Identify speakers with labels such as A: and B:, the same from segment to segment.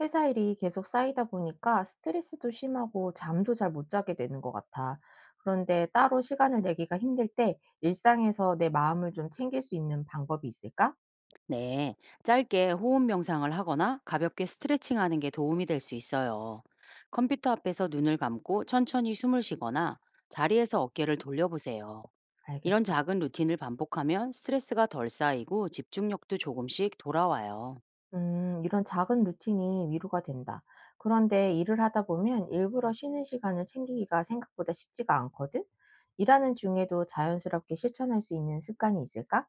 A: 회사 일이 계속 쌓이다 보니까 스트레스도 심하고 잠도 잘 못 자게 되는 것 같아. 그런데 따로 시간을 내기가 힘들 때 일상에서 내 마음을 좀 챙길 수 있는 방법이 있을까?
B: 네, 짧게 호흡 명상을 하거나 가볍게 스트레칭하는 게 도움이 될 수 있어요. 컴퓨터 앞에서 눈을 감고 천천히 숨을 쉬거나 자리에서 어깨를 돌려보세요. 이런
A: 알겠어.
B: 작은 루틴을 반복하면 스트레스가 덜 쌓이고 집중력도 조금씩 돌아와요.
A: 이런 작은 루틴이 위로가 된다. 그런데 일을 하다 보면 일부러 쉬는 시간을 챙기기가 생각보다 쉽지가 않거든? 일하는 중에도 자연스럽게 실천할 수 있는 습관이 있을까?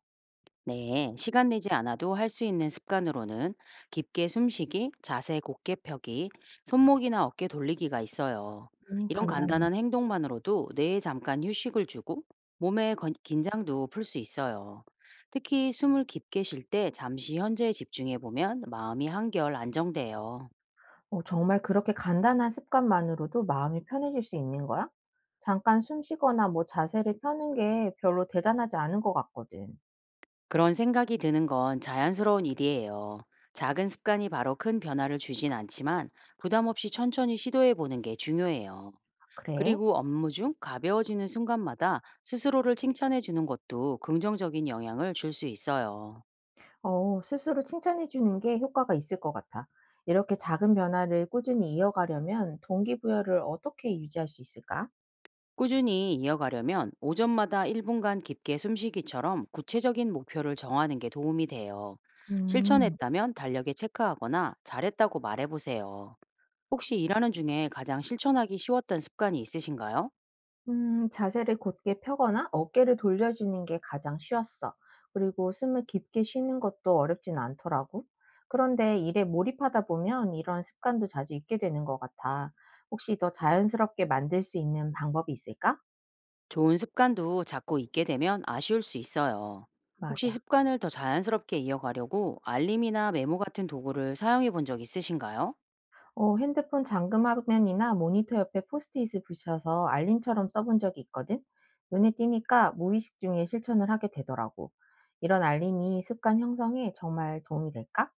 B: 네, 시간 내지 않아도 할 수 있는 습관으로는 깊게 숨쉬기, 자세 곧게 펴기, 손목이나 어깨 돌리기가 있어요. 이런
A: 간단하네.
B: 간단한 행동만으로도 뇌에 잠깐 휴식을 주고 몸의 긴장도 풀 수 있어요. 특히 숨을 깊게 쉴 때 잠시 현재에 집중해 보면 마음이 한결 안정돼요.
A: 어, 정말 그렇게 간단한 습관만으로도 마음이 편해질 수 있는 거야? 잠깐 숨 쉬거나 뭐 자세를 펴는 게 별로 대단하지 않은 것 같거든.
B: 그런 생각이 드는 건 자연스러운 일이에요. 작은 습관이 바로 큰 변화를 주진 않지만 부담 없이 천천히 시도해 보는 게 중요해요.
A: 그래?
B: 그리고 업무 중 가벼워지는 순간마다 스스로를 칭찬해 주는 것도 긍정적인 영향을 줄 수 있어요.
A: 어, 스스로 칭찬해 주는 게 효과가 있을 것 같아. 이렇게 작은 변화를 꾸준히 이어가려면 동기부여를 어떻게 유지할 수 있을까?
B: 꾸준히 이어가려면 오전마다 1분간 깊게 숨쉬기처럼 구체적인 목표를 정하는 게 도움이 돼요.
A: 음.
B: 실천했다면 달력에 체크하거나 잘했다고 말해보세요. 혹시 일하는 중에 가장 실천하기 쉬웠던 습관이 있으신가요?
A: 자세를 곧게 펴거나 어깨를 돌려주는 게 가장 쉬웠어. 그리고 숨을 깊게 쉬는 것도 어렵진 않더라고. 그런데 일에 몰입하다 보면 이런 습관도 자주 잊게 되는 것 같아. 혹시 더 자연스럽게 만들 수 있는 방법이 있을까?
B: 좋은 습관도 자꾸 잊게 되면 아쉬울 수 있어요. 혹시
A: 맞아.
B: 습관을 더 자연스럽게 이어가려고 알림이나 메모 같은 도구를 사용해 본 적 있으신가요?
A: 어, 핸드폰 잠금 화면이나 모니터 옆에 포스트잇을 붙여서 알림처럼 써본 적이 있거든. 눈에 띄니까 무의식 중에 실천을 하게 되더라고. 이런 알림이 습관 형성에 정말 도움이 될까?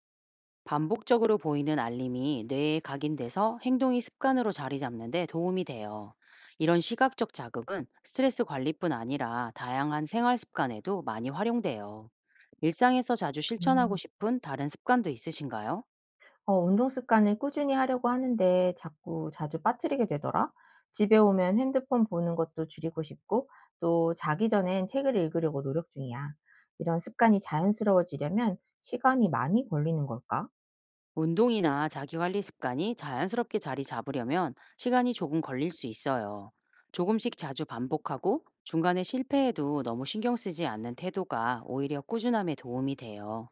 B: 반복적으로 보이는 알림이 뇌에 각인돼서 행동이 습관으로 자리 잡는데 도움이 돼요. 이런 시각적 자극은 스트레스 관리뿐 아니라 다양한 생활 습관에도 많이 활용돼요. 일상에서 자주 실천하고
A: 음.
B: 싶은 다른 습관도 있으신가요?
A: 어, 운동 습관을 꾸준히 하려고 하는데 자꾸 자주 빠뜨리게 되더라. 집에 오면 핸드폰 보는 것도 줄이고 싶고, 또 자기 전엔 책을 읽으려고 노력 중이야. 이런 습관이 자연스러워지려면 시간이 많이 걸리는 걸까?
B: 운동이나 자기관리 습관이 자연스럽게 자리 잡으려면 시간이 조금 걸릴 수 있어요. 조금씩 자주 반복하고 중간에 실패해도 너무 신경 쓰지 않는 태도가 오히려 꾸준함에 도움이 돼요.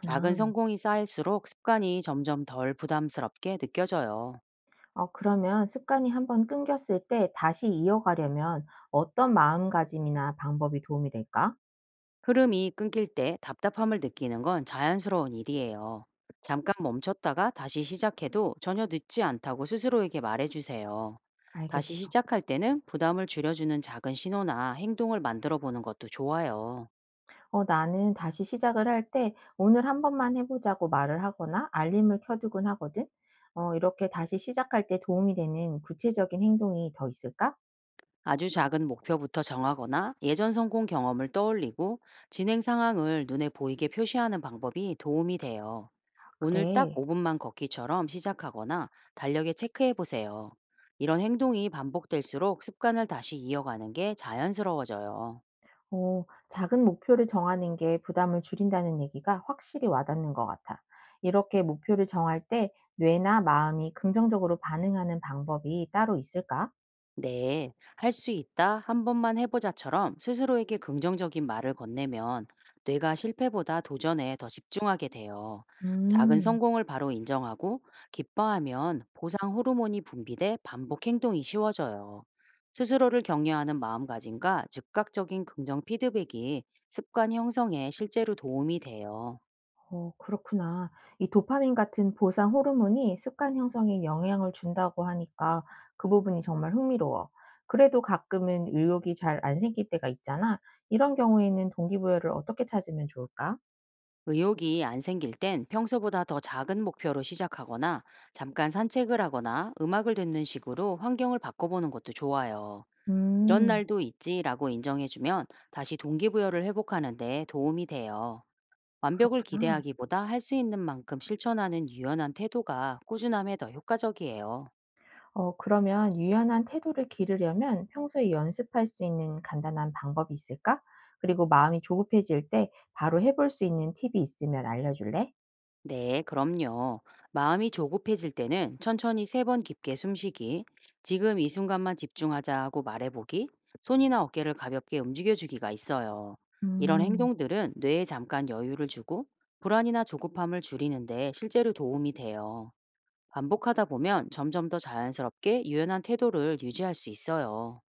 B: 작은 성공이 쌓일수록 습관이 점점 덜 부담스럽게 느껴져요.
A: 어, 그러면 습관이 한번 끊겼을 때 다시 이어가려면 어떤 마음가짐이나 방법이 도움이 될까?
B: 흐름이 끊길 때 답답함을 느끼는 건 자연스러운 일이에요. 잠깐 멈췄다가 다시 시작해도 전혀 늦지 않다고 스스로에게 말해주세요. 다시
A: 알겠어.
B: 시작할 때는 부담을 줄여주는 작은 신호나 행동을 만들어 보는 것도 좋아요.
A: 어, 나는 다시 시작을 할 때 오늘 한 번만 해보자고 말을 하거나 알림을 켜두곤 하거든. 어, 이렇게 다시 시작할 때 도움이 되는 구체적인 행동이 더 있을까?
B: 아주 작은 목표부터 정하거나 예전 성공 경험을 떠올리고 진행 상황을 눈에 보이게 표시하는 방법이 도움이 돼요. 오늘 딱
A: 그래.
B: 5분만 걷기처럼 시작하거나 달력에 체크해 보세요. 이런 행동이 반복될수록 습관을 다시 이어가는 게 자연스러워져요.
A: 어, 작은 목표를 정하는 게 부담을 줄인다는 얘기가 확실히 와닿는 것 같아. 이렇게 목표를 정할 때 뇌나 마음이 긍정적으로 반응하는 방법이 따로 있을까?
B: 네, 할 수 있다, 한 번만 해보자처럼 스스로에게 긍정적인 말을 건네면 뇌가 실패보다 도전에 더 집중하게 돼요. 작은
A: 음.
B: 성공을 바로 인정하고 기뻐하면 보상 호르몬이 분비돼 반복 행동이 쉬워져요. 스스로를 격려하는 마음가짐과 즉각적인 긍정 피드백이 습관 형성에 실제로 도움이 돼요.
A: 어 그렇구나. 이 도파민 같은 보상 호르몬이 습관 형성에 영향을 준다고 하니까 그 부분이 정말 흥미로워. 그래도 가끔은 의욕이 잘 안 생길 때가 있잖아. 이런 경우에는 동기부여를 어떻게 찾으면 좋을까?
B: 의욕이 안 생길 땐 평소보다 더 작은 목표로 시작하거나 잠깐 산책을 하거나 음악을 듣는 식으로 환경을 바꿔보는 것도 좋아요. 이런
A: 음,
B: 날도 있지라고 인정해주면 다시 동기부여를 회복하는데 도움이 돼요. 완벽을
A: 그렇구나.
B: 기대하기보다 할 수 있는 만큼 실천하는 유연한 태도가 꾸준함에 더 효과적이에요.
A: 어, 그러면 유연한 태도를 기르려면 평소에 연습할 수 있는 간단한 방법이 있을까? 그리고 마음이 조급해질 때 바로 해볼 수 있는 팁이 있으면 알려줄래?
B: 네, 그럼요. 마음이 조급해질 때는 천천히 세 번 깊게 숨쉬기, 지금 이 순간만 집중하자 하고 말해보기, 손이나 어깨를 가볍게 움직여주기가 있어요. 이런
A: 음.
B: 행동들은 뇌에 잠깐 여유를 주고 불안이나 조급함을 줄이는데 실제로 도움이 돼요. 반복하다 보면 점점 더 자연스럽게 유연한 태도를 유지할 수 있어요.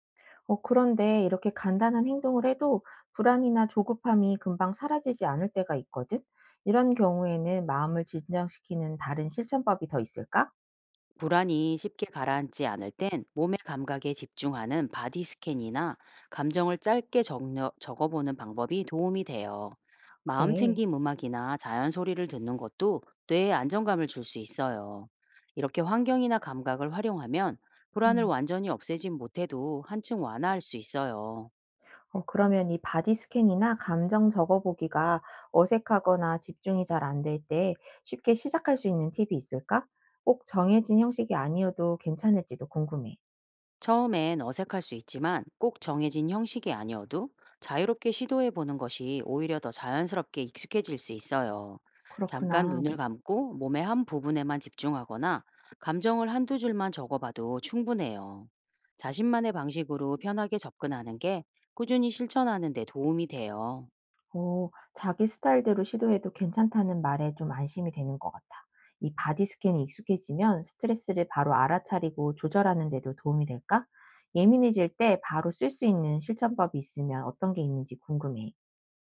A: 어, 그런데 이렇게 간단한 행동을 해도 불안이나 조급함이 금방 사라지지 않을 때가 있거든? 이런 경우에는 마음을 진정시키는 다른 실천법이 더 있을까?
B: 불안이 쉽게 가라앉지 않을 땐 몸의 감각에 집중하는 바디 스캔이나 감정을 짧게 적어보는 방법이 도움이 돼요. 마음
A: 그래.
B: 챙김 음악이나 자연 소리를 듣는 것도 뇌에 안정감을 줄 수 있어요. 이렇게 환경이나 감각을 활용하면 불안을
A: 음.
B: 완전히 없애진 못해도 한층 완화할 수 있어요.
A: 어, 그러면 이 바디 스캔이나 감정 적어보기가 어색하거나 집중이 잘 안될 때 쉽게 시작할 수 있는 팁이 있을까? 꼭 정해진 형식이 아니어도 괜찮을지도 궁금해.
B: 처음엔 어색할 수 있지만 꼭 정해진 형식이 아니어도 자유롭게 시도해 보는 것이 오히려 더 자연스럽게 익숙해질 수 있어요. 잠깐
A: 그렇구나.
B: 눈을 감고 몸의 한 부분에만 집중하거나 감정을 한두 줄만 적어봐도 충분해요. 자신만의 방식으로 편하게 접근하는 게 꾸준히 실천하는 데 도움이 돼요.
A: 어 자기 스타일대로 시도해도 괜찮다는 말에 좀 안심이 되는 것 같아. 이 바디 스캔이 익숙해지면 스트레스를 바로 알아차리고 조절하는 데도 도움이 될까? 예민해질 때 바로 쓸 수 있는 실천법이 있으면 어떤 게 있는지 궁금해.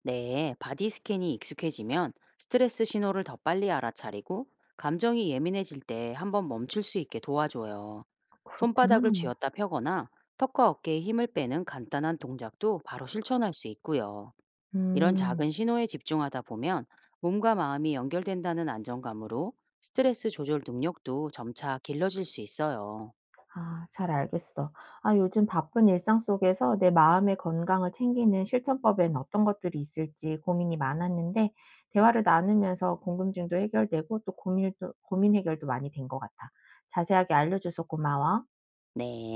B: 네, 바디 스캔이 익숙해지면 스트레스 신호를 더 빨리 알아차리고 감정이 예민해질 때 한번 멈출 수 있게 도와줘요.
A: 그렇구나.
B: 손바닥을 쥐었다 펴거나 턱과 어깨에 힘을 빼는 간단한 동작도 바로 실천할 수 있고요. 이런
A: 음.
B: 작은 신호에 집중하다 보면 몸과 마음이 연결된다는 안정감으로 스트레스 조절 능력도 점차 길러질 수 있어요.
A: 아, 잘 알겠어. 아, 요즘 바쁜 일상 속에서 내 마음의 건강을 챙기는 실천법엔 어떤 것들이 있을지 고민이 많았는데, 대화를 나누면서 궁금증도 해결되고, 또 고민 해결도 많이 된 것 같아. 자세하게 알려줘서 고마워.
B: 네.